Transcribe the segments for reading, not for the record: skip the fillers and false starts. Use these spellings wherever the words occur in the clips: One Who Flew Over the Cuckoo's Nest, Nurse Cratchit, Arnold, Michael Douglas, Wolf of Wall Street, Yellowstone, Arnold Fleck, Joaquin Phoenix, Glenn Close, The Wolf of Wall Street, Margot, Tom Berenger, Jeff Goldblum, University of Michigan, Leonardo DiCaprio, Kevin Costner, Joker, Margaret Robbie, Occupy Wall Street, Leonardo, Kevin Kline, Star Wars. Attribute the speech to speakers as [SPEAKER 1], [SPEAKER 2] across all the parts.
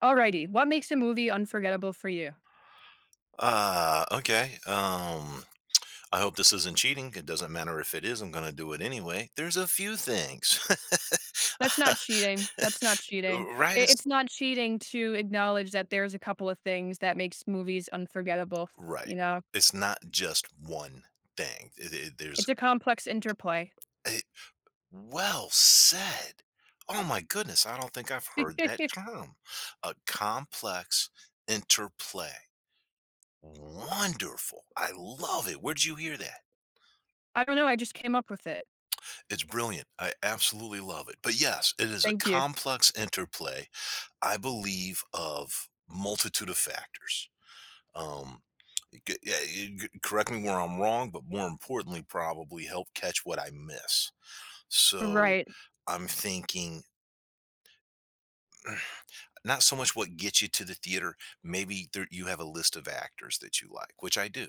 [SPEAKER 1] Alrighty, what makes a movie unforgettable for you?
[SPEAKER 2] Ah, okay. Um, I hope this isn't cheating. It doesn't matter if it is, I'm gonna do it anyway. There's a few things.
[SPEAKER 1] That's not cheating. That's not cheating.
[SPEAKER 2] Right
[SPEAKER 1] I
[SPEAKER 2] is
[SPEAKER 1] it's not cheating to acknowledge that there's a couple of things that makes movies unforgettable,
[SPEAKER 2] right.
[SPEAKER 1] you know?
[SPEAKER 2] It's not just one thing. There's
[SPEAKER 1] It's a complex interplay.
[SPEAKER 2] it, well said. Oh my goodness, I don't think I've heard that term. A complex interplay. Wonderful. I love it. Where'd you hear that?
[SPEAKER 1] I don't know, I just came up with it.
[SPEAKER 2] It's brilliant. I absolutely love it. But yes, it is a
[SPEAKER 1] Thank you.
[SPEAKER 2] complex interplay, I believe, of multitude of factors. Um, yeah, correct me where I'm wrong, but more importantly, probably help catch what I miss. So
[SPEAKER 1] Right.
[SPEAKER 2] I'm thinking not so much what gets you to the theater. Maybe there, you have a list of actors that you like, which I do.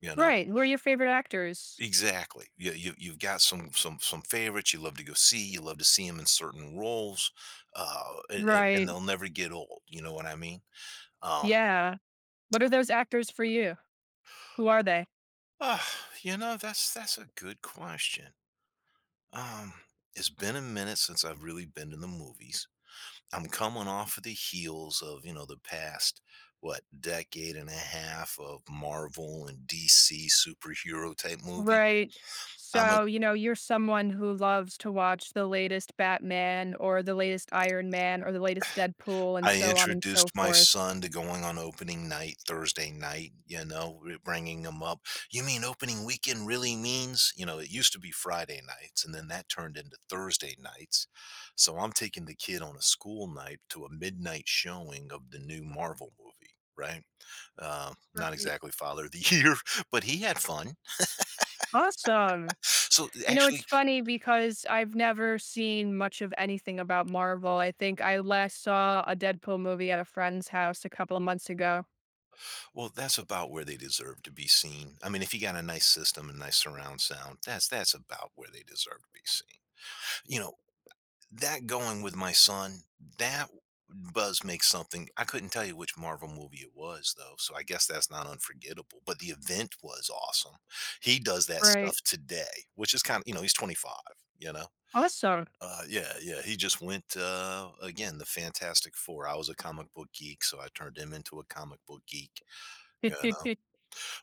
[SPEAKER 2] You know
[SPEAKER 1] Right, who are your favorite actors?
[SPEAKER 2] exactly. You, you've got some favorites you love to go see. You love to see them in certain roles, and, and
[SPEAKER 1] Right.
[SPEAKER 2] they'll never get old. You know what I mean? Um,
[SPEAKER 1] Yeah. What are those actors for you? Who are they?
[SPEAKER 2] Uh, that's a good question. Um, it's been a minute since I've really been to the movies. I'm coming off of the heels of, you know, the past what decade and a half of Marvel and DC superhero type movies.
[SPEAKER 1] Right.
[SPEAKER 2] I'm a
[SPEAKER 1] So, you know, you're someone who loves to watch the latest Batman or the latest Iron Man or the latest Deadpool and
[SPEAKER 2] I
[SPEAKER 1] so on and so
[SPEAKER 2] introduced my
[SPEAKER 1] forth.
[SPEAKER 2] son to going on opening night Thursday night, you know, bringing him up. You mean opening weekend really means, you know, it used to be Friday nights and then that turned into Thursday nights. So I'm taking the kid on a school night to a midnight showing of the new Marvel movie, right? Not
[SPEAKER 1] Right.
[SPEAKER 2] exactly Father of the Year, but he had fun.
[SPEAKER 1] Awesome.
[SPEAKER 2] So
[SPEAKER 1] You know, it's
[SPEAKER 2] actually,
[SPEAKER 1] funny because I've never seen much of anything about Marvel. I think I last saw a Deadpool movie at a friend's house a couple of months ago.
[SPEAKER 2] well, that's about where they deserve to be seen. I mean, if you got a nice system and nice surround sound, that's about where they deserve to be seen. You know, that going with my son, that does make something. I couldn't tell you which Marvel movie it was though, so I guess that's not unforgettable. But the event was awesome. He does that
[SPEAKER 1] Right.
[SPEAKER 2] stuff today, which is kind of, you know, he's 25. You know,
[SPEAKER 1] Awesome.
[SPEAKER 2] yeah, yeah. He just went again the Fantastic Four. I was a comic book geek, so I turned him into a comic book geek. You know,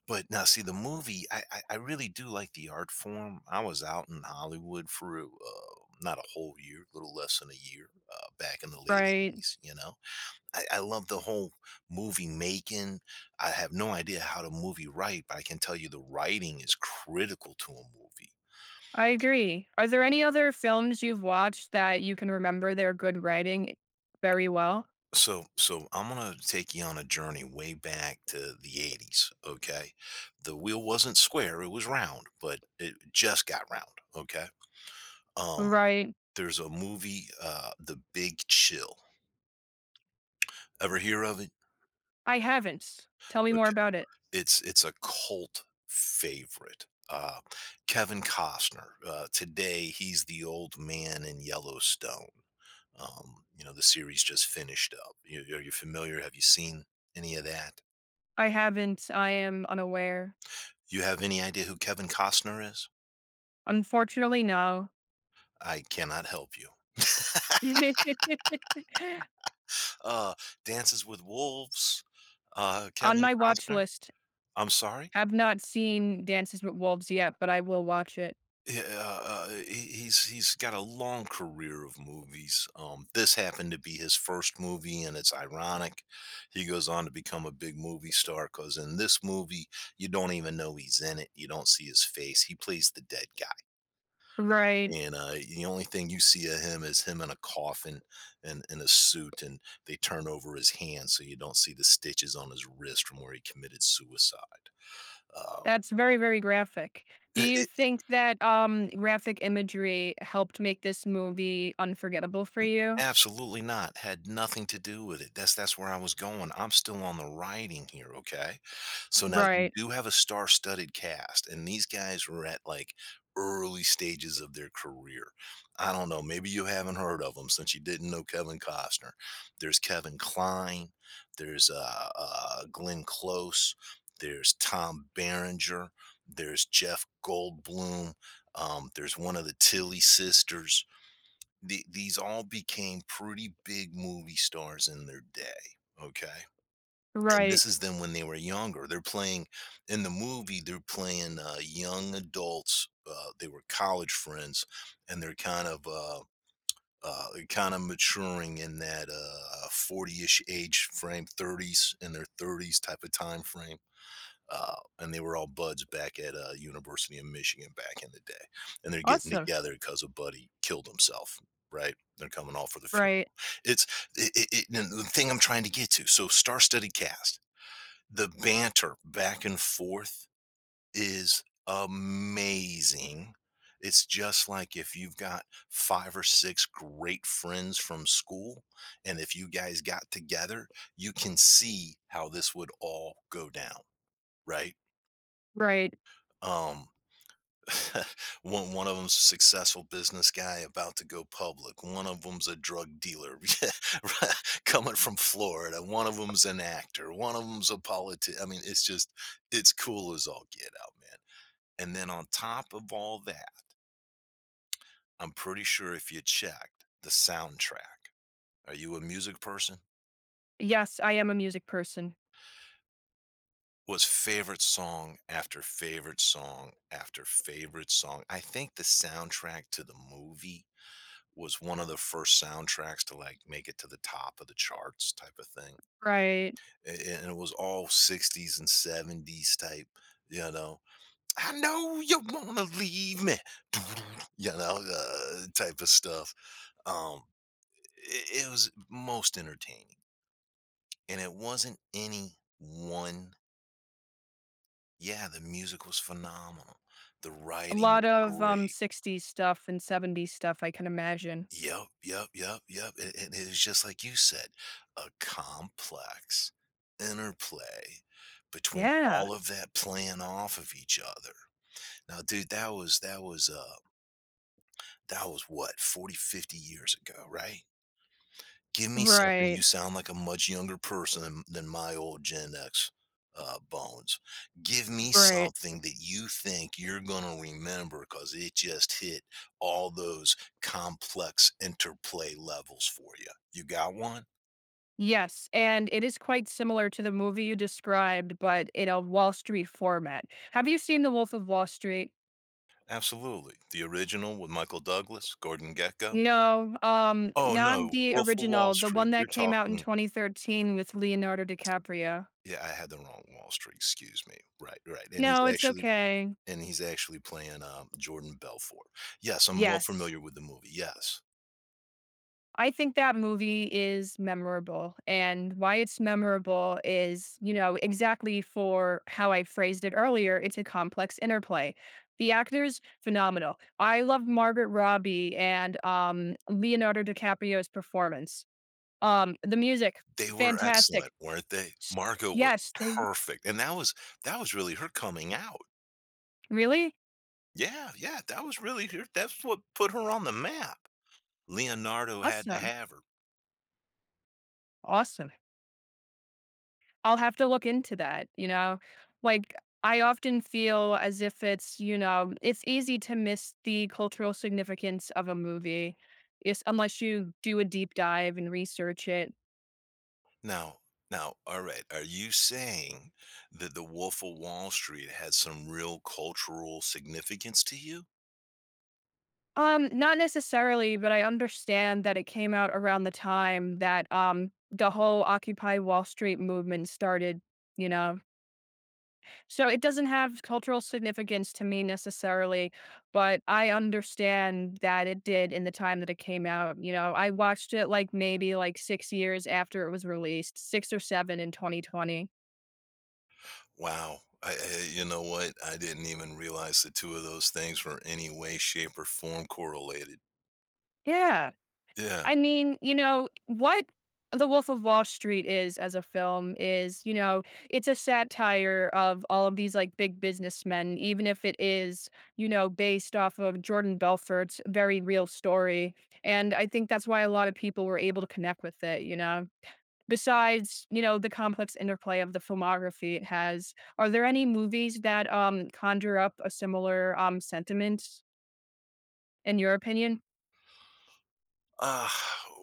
[SPEAKER 2] but now, see, the movie, I really do like the art form. I was out in Hollywood for not a whole year, a little less than a year, back in the late
[SPEAKER 1] Right.
[SPEAKER 2] '80s. You know, I love the whole movie making. I have no idea how to movie write, but I can tell you the writing is critical to a movie.
[SPEAKER 1] I agree. Are there any other films you've watched that you can remember their good writing very well?
[SPEAKER 2] So I'm gonna take you on a journey way back to the '80s. Okay, the wheel wasn't square; it was round, but it just got round. Okay, um.
[SPEAKER 1] Right.
[SPEAKER 2] There's a movie, The Big Chill. Ever hear of it?
[SPEAKER 1] I haven't. Tell me more
[SPEAKER 2] Okay.
[SPEAKER 1] about it.
[SPEAKER 2] It's a cult favorite. Kevin Costner, today he's the old man in Yellowstone. You know, the series just finished up. You are you familiar? Have you seen any of that?
[SPEAKER 1] I haven't. I am unaware.
[SPEAKER 2] You have any idea who Kevin Costner is?
[SPEAKER 1] Unfortunately, no.
[SPEAKER 2] I cannot help you. Uh, Dances with Wolves,
[SPEAKER 1] On
[SPEAKER 2] Kevin
[SPEAKER 1] my watch
[SPEAKER 2] Costner.
[SPEAKER 1] list,
[SPEAKER 2] I'm sorry?
[SPEAKER 1] have not seen Dances with Wolves yet, but I will watch it.
[SPEAKER 2] Yeah, he's he's got a long career of movies. This happened to be his first movie, and it's ironic. He goes on to become a big movie star because in this movie, you don't even know he's in it. You don't see his face. He plays the dead guy,
[SPEAKER 1] Right.
[SPEAKER 2] and the only thing you see of him is him in a coffin and in a suit, and they turn over his hand so you don't see the stitches on his wrist from where he committed suicide. Uh,
[SPEAKER 1] That's very, very graphic. Do you think that graphic imagery helped make this movie unforgettable for you?
[SPEAKER 2] Absolutely not. Had nothing to do with it. That's where I was going. I'm still on the writing here, okay? So now you
[SPEAKER 1] Right.
[SPEAKER 2] do have a star-studded cast, and these guys were at like early stages of their career. I don't know. Maybe you haven't heard of them since you didn't know Kevin Costner. There's Kevin Kline. There's Glenn Close. There's Tom Berenger. There's Jeff Goldblum. There's one of the Tilly sisters. These all became pretty big movie stars in their day, okay? And
[SPEAKER 1] Right.
[SPEAKER 2] this is them when they were younger. They're playing in the movie, they're playing young adults. They were college friends, and they're kind of maturing in that 40-ish age frame, 30s in their 30s type of time frame. And they were all buds back at University of Michigan back in the day, and they're getting
[SPEAKER 1] Awesome.
[SPEAKER 2] together because a buddy killed himself. Right? They're coming all for the funeral.
[SPEAKER 1] Right.
[SPEAKER 2] It's it, it, it- The thing I'm trying to get to. So, star-studded cast, the banter back and forth is amazing. It's just like if you've got five or six great friends from school, and if you guys got together, you can see how this would all go down, right?
[SPEAKER 1] Right.
[SPEAKER 2] Um, one of them's a successful business guy about to go public. One of them's a drug dealer, yeah, right, coming from Florida. One of them's an actor. One of them's a politician. I mean, it's just it's cool as all get out, man. And then on top of all that, I'm pretty sure if you checked the soundtrack, are you a music person?
[SPEAKER 1] Yes, I am a music person.
[SPEAKER 2] Was favorite song after favorite song after favorite song. I think the soundtrack to the movie was one of the first soundtracks to like make it to the top of the charts type of thing.
[SPEAKER 1] Right.
[SPEAKER 2] A- And it was all 60s and 70s type, you know. I know you want to leave me, you know, type of stuff. Um, it was most entertaining. And it wasn't any one. Yeah, the music was phenomenal. The
[SPEAKER 1] A
[SPEAKER 2] writing
[SPEAKER 1] lot
[SPEAKER 2] was
[SPEAKER 1] of,
[SPEAKER 2] great.
[SPEAKER 1] 60s stuff and 70s stuff, I can imagine.
[SPEAKER 2] Yep, yep, yep, yep, and it is just like you said, a complex interplay between
[SPEAKER 1] Yeah.
[SPEAKER 2] all of that playing off of each other. Now, dude, that was what? 40 50 years ago, right? Give me something. You
[SPEAKER 1] Right,
[SPEAKER 2] sound like a much younger person than my old Gen X, bones. Give me
[SPEAKER 1] right.
[SPEAKER 2] something that you think you're gonna remember, cause it just hit all those complex interplay levels for you. You got one?
[SPEAKER 1] Yes, and it is quite similar to the movie you described, but in a Wall Street format. Have you seen The Wolf of Wall Street?
[SPEAKER 2] Absolutely. The original with Michael Douglas, Gordon Gekko?
[SPEAKER 1] No,
[SPEAKER 2] Oh,
[SPEAKER 1] not
[SPEAKER 2] no,
[SPEAKER 1] the
[SPEAKER 2] Wolf of Wall
[SPEAKER 1] original, the one
[SPEAKER 2] Street. You're
[SPEAKER 1] that came out in
[SPEAKER 2] talking,
[SPEAKER 1] 2013 with Leonardo DiCaprio.
[SPEAKER 2] yeah, I had the wrong Wall Street, excuse me. Right, right,
[SPEAKER 1] No, it's okay.
[SPEAKER 2] and he's actually playing, Jordan Belfort. Yes, I'm well
[SPEAKER 1] Yes.
[SPEAKER 2] familiar with the movie, yes.
[SPEAKER 1] I think that movie is memorable, and why it's memorable is, you know, exactly for how I phrased it earlier, it's a complex interplay. The actors, phenomenal. I love Margaret Robbie and, Leonardo DiCaprio's performance. The music,
[SPEAKER 2] They were
[SPEAKER 1] fantastic.
[SPEAKER 2] excellent, weren't they?
[SPEAKER 1] S
[SPEAKER 2] Margot was
[SPEAKER 1] yes, they
[SPEAKER 2] perfect, and that was really her coming out.
[SPEAKER 1] really?
[SPEAKER 2] Yeah, yeah, that was really her, that's what put her on the map. Leonardo had to
[SPEAKER 1] Awesome,
[SPEAKER 2] have her.
[SPEAKER 1] awesome. I'll have to look into that, you know? Like, I often feel as if it's, you know, it's easy to miss the cultural significance of a movie is unless you do a deep dive and research it.
[SPEAKER 2] Now now, alright, are you saying that The Wolf of Wall Street had some real cultural significance to you?
[SPEAKER 1] Not necessarily, but I understand that it came out around the time that the whole Occupy Wall Street movement started, you know? So it doesn't have cultural significance to me necessarily, but I understand that it did in the time that it came out. You know, I watched it like maybe like 6 years after it was released, 6 or 7 in 2020.
[SPEAKER 2] Wow. I you know what? I didn't even realize the two of those things were any way, shape, or form correlated.
[SPEAKER 1] Yeah.
[SPEAKER 2] Yeah.
[SPEAKER 1] I mean, you know, what The Wolf of Wall Street is as a film is, you know, it's a satire of all of these like big businessmen, even if it is, you know, based off of Jordan Belfort's very real story. And I think that's why a lot of people were able to connect with it, you know. Besides, you know, the complex interplay of the filmography it has, are there any movies that conjure up a similar sentiment in your opinion?
[SPEAKER 2] Uh,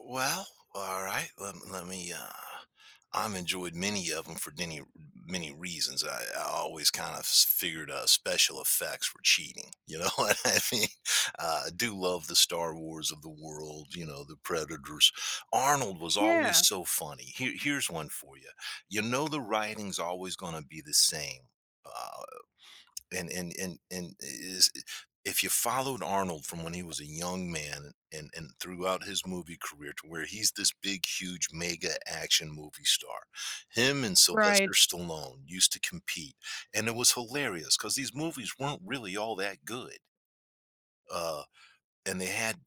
[SPEAKER 2] well, all right. Let me. I've enjoyed many of them for many reasons. I always kind of figured special effects were cheating. You know what I mean? I do love the Star Wars of the world. You know, the Predators. Arnold was
[SPEAKER 1] Yeah.
[SPEAKER 2] always so funny. Here, here's one for you. You know the writing's always going to be the same. Uh, and is if you followed Arnold from when he was a young man and throughout his movie career to where he's this big, huge, mega action movie star, him and Sylvester
[SPEAKER 1] Right,
[SPEAKER 2] Stallone used to compete, and it was hilarious because these movies weren't really all that good, uh, and they had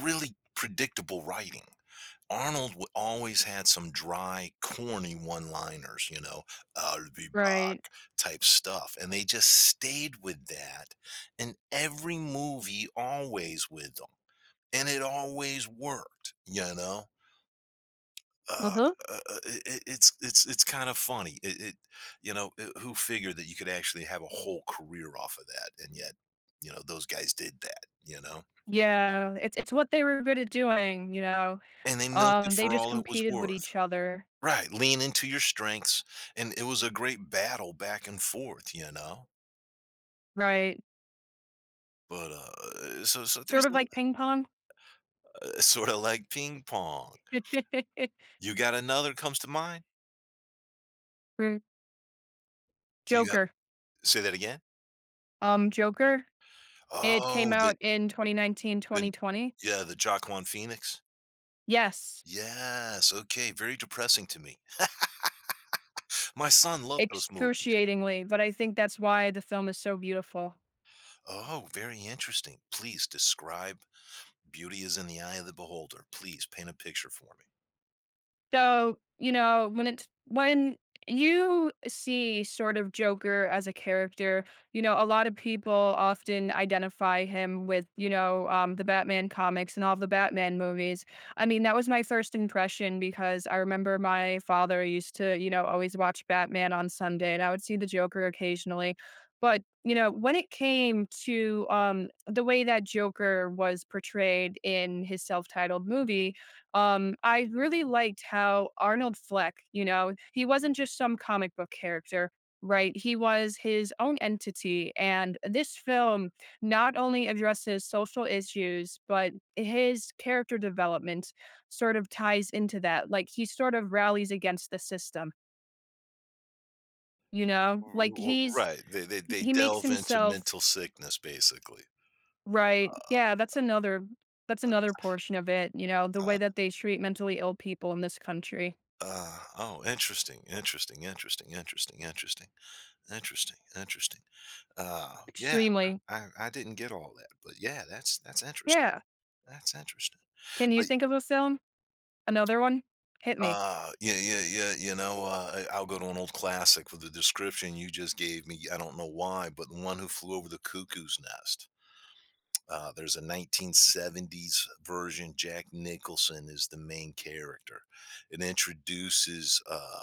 [SPEAKER 2] really predictable writing. Arnold always had some dry, corny one liners, you know, I'll be
[SPEAKER 1] right.
[SPEAKER 2] back type stuff. And they just stayed with that in every movie, always with them. And it always worked, you know. Uh,
[SPEAKER 1] Uh-huh.
[SPEAKER 2] it's kind of funny. It you know who figured that you could actually have a whole career off of that, and yet you know those guys did that. You know,
[SPEAKER 1] Yeah, it's what they were good at doing, you know?
[SPEAKER 2] and they milked it
[SPEAKER 1] They
[SPEAKER 2] for
[SPEAKER 1] just
[SPEAKER 2] all it was
[SPEAKER 1] competed with
[SPEAKER 2] worth.
[SPEAKER 1] each other,
[SPEAKER 2] Right, lean into your strengths, and it was a great battle back and forth, you know?
[SPEAKER 1] right?
[SPEAKER 2] But, so so
[SPEAKER 1] Sort
[SPEAKER 2] there's
[SPEAKER 1] of like ping pong?
[SPEAKER 2] sorta like ping pong. You got another comes to mind?
[SPEAKER 1] Mm,
[SPEAKER 2] Do you ha
[SPEAKER 1] Joker.
[SPEAKER 2] say that again?
[SPEAKER 1] Joker, it came
[SPEAKER 2] Oh,
[SPEAKER 1] out in 2019,
[SPEAKER 2] the
[SPEAKER 1] 2020.
[SPEAKER 2] yeah, the Joaquin Phoenix?
[SPEAKER 1] Yes,
[SPEAKER 2] Yes, okay, very depressing to me. My son loved those movies.
[SPEAKER 1] excruciatingly, but I think that's why the film is so beautiful.
[SPEAKER 2] Oh, very interesting. Please describe, "Beauty is in the Eye of the Beholder." Please paint a picture for me.
[SPEAKER 1] So, you know, when it's when you see sort of Joker as a character, you know, a lot of people often identify him with, you know, the Batman comics and all the Batman movies. I mean, that was my first impression because I remember my father used to, you know, always watch Batman on Sunday and I would see the Joker occasionally. But, you know, when it came to the way that Joker was portrayed in his self titled movie, I really liked how Arnold Fleck, you know, he wasn't just some comic book character, right? He was his own entity. And this film not only addresses social issues, but his character development sort of ties into that. Like he sort of rallies against the system, you know? Like
[SPEAKER 2] R
[SPEAKER 1] he's
[SPEAKER 2] right, they they
[SPEAKER 1] he makes
[SPEAKER 2] delve into
[SPEAKER 1] himself
[SPEAKER 2] mental sickness, basically.
[SPEAKER 1] right. Yeah, that's another portion of it, you know, the
[SPEAKER 2] Uh,
[SPEAKER 1] way
[SPEAKER 2] uh,
[SPEAKER 1] that they treat mentally ill people in this country.
[SPEAKER 2] oh, interesting. Yeah,
[SPEAKER 1] Extremely.
[SPEAKER 2] I didn't get all that, but yeah, that's interesting,
[SPEAKER 1] Yeah.
[SPEAKER 2] that's interesting.
[SPEAKER 1] Can you
[SPEAKER 2] But,
[SPEAKER 1] think of a film? Another one? Hit me.
[SPEAKER 2] yeah, yeah, yeah, you know, I'll go to an old classic. With the description you just gave me, I don't know why, but The One Who Flew Over the Cuckoo's Nest. There's a 1970s version. Jack Nicholson is the main character. It introduces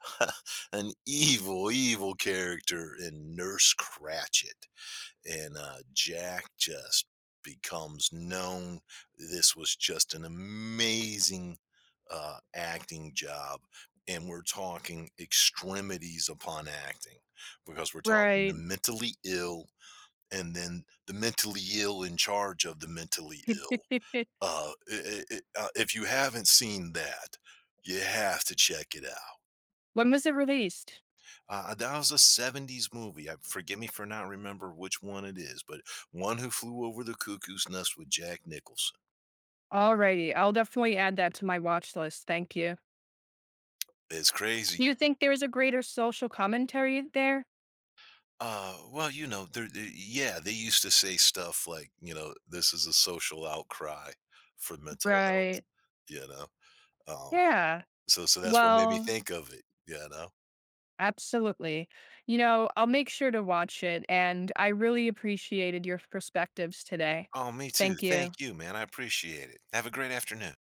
[SPEAKER 2] an evil, evil character in Nurse Cratchit. And Jack just becomes known. This was just an amazing acting job. And we're talking extremities upon acting because we're talking the
[SPEAKER 1] Right.
[SPEAKER 2] mentally ill and then the mentally ill in charge of the mentally ill. If you haven't seen that, you have to check it out.
[SPEAKER 1] When was it released?
[SPEAKER 2] That was a 70s movie. Forgive me for not remember which one it is, but One Who Flew Over the Cuckoo's Nest with Jack Nicholson.
[SPEAKER 1] Alrighty, I'll definitely add that to my watch list. Thank you.
[SPEAKER 2] It's
[SPEAKER 1] Do
[SPEAKER 2] crazy.
[SPEAKER 1] you think there is a greater social commentary there?
[SPEAKER 2] Well, you know, yeah, they used to say stuff like, you know, this is a social outcry for mental health,
[SPEAKER 1] Right.
[SPEAKER 2] you know? Um,
[SPEAKER 1] Yeah.
[SPEAKER 2] so that's what made me
[SPEAKER 1] Well,
[SPEAKER 2] think of it, you know?
[SPEAKER 1] absolutely. You know, I'll make sure to watch it, and I really appreciated your perspectives today.
[SPEAKER 2] Oh, me too.
[SPEAKER 1] Thank you.
[SPEAKER 2] Thank you, man. I appreciate it. Have a great afternoon.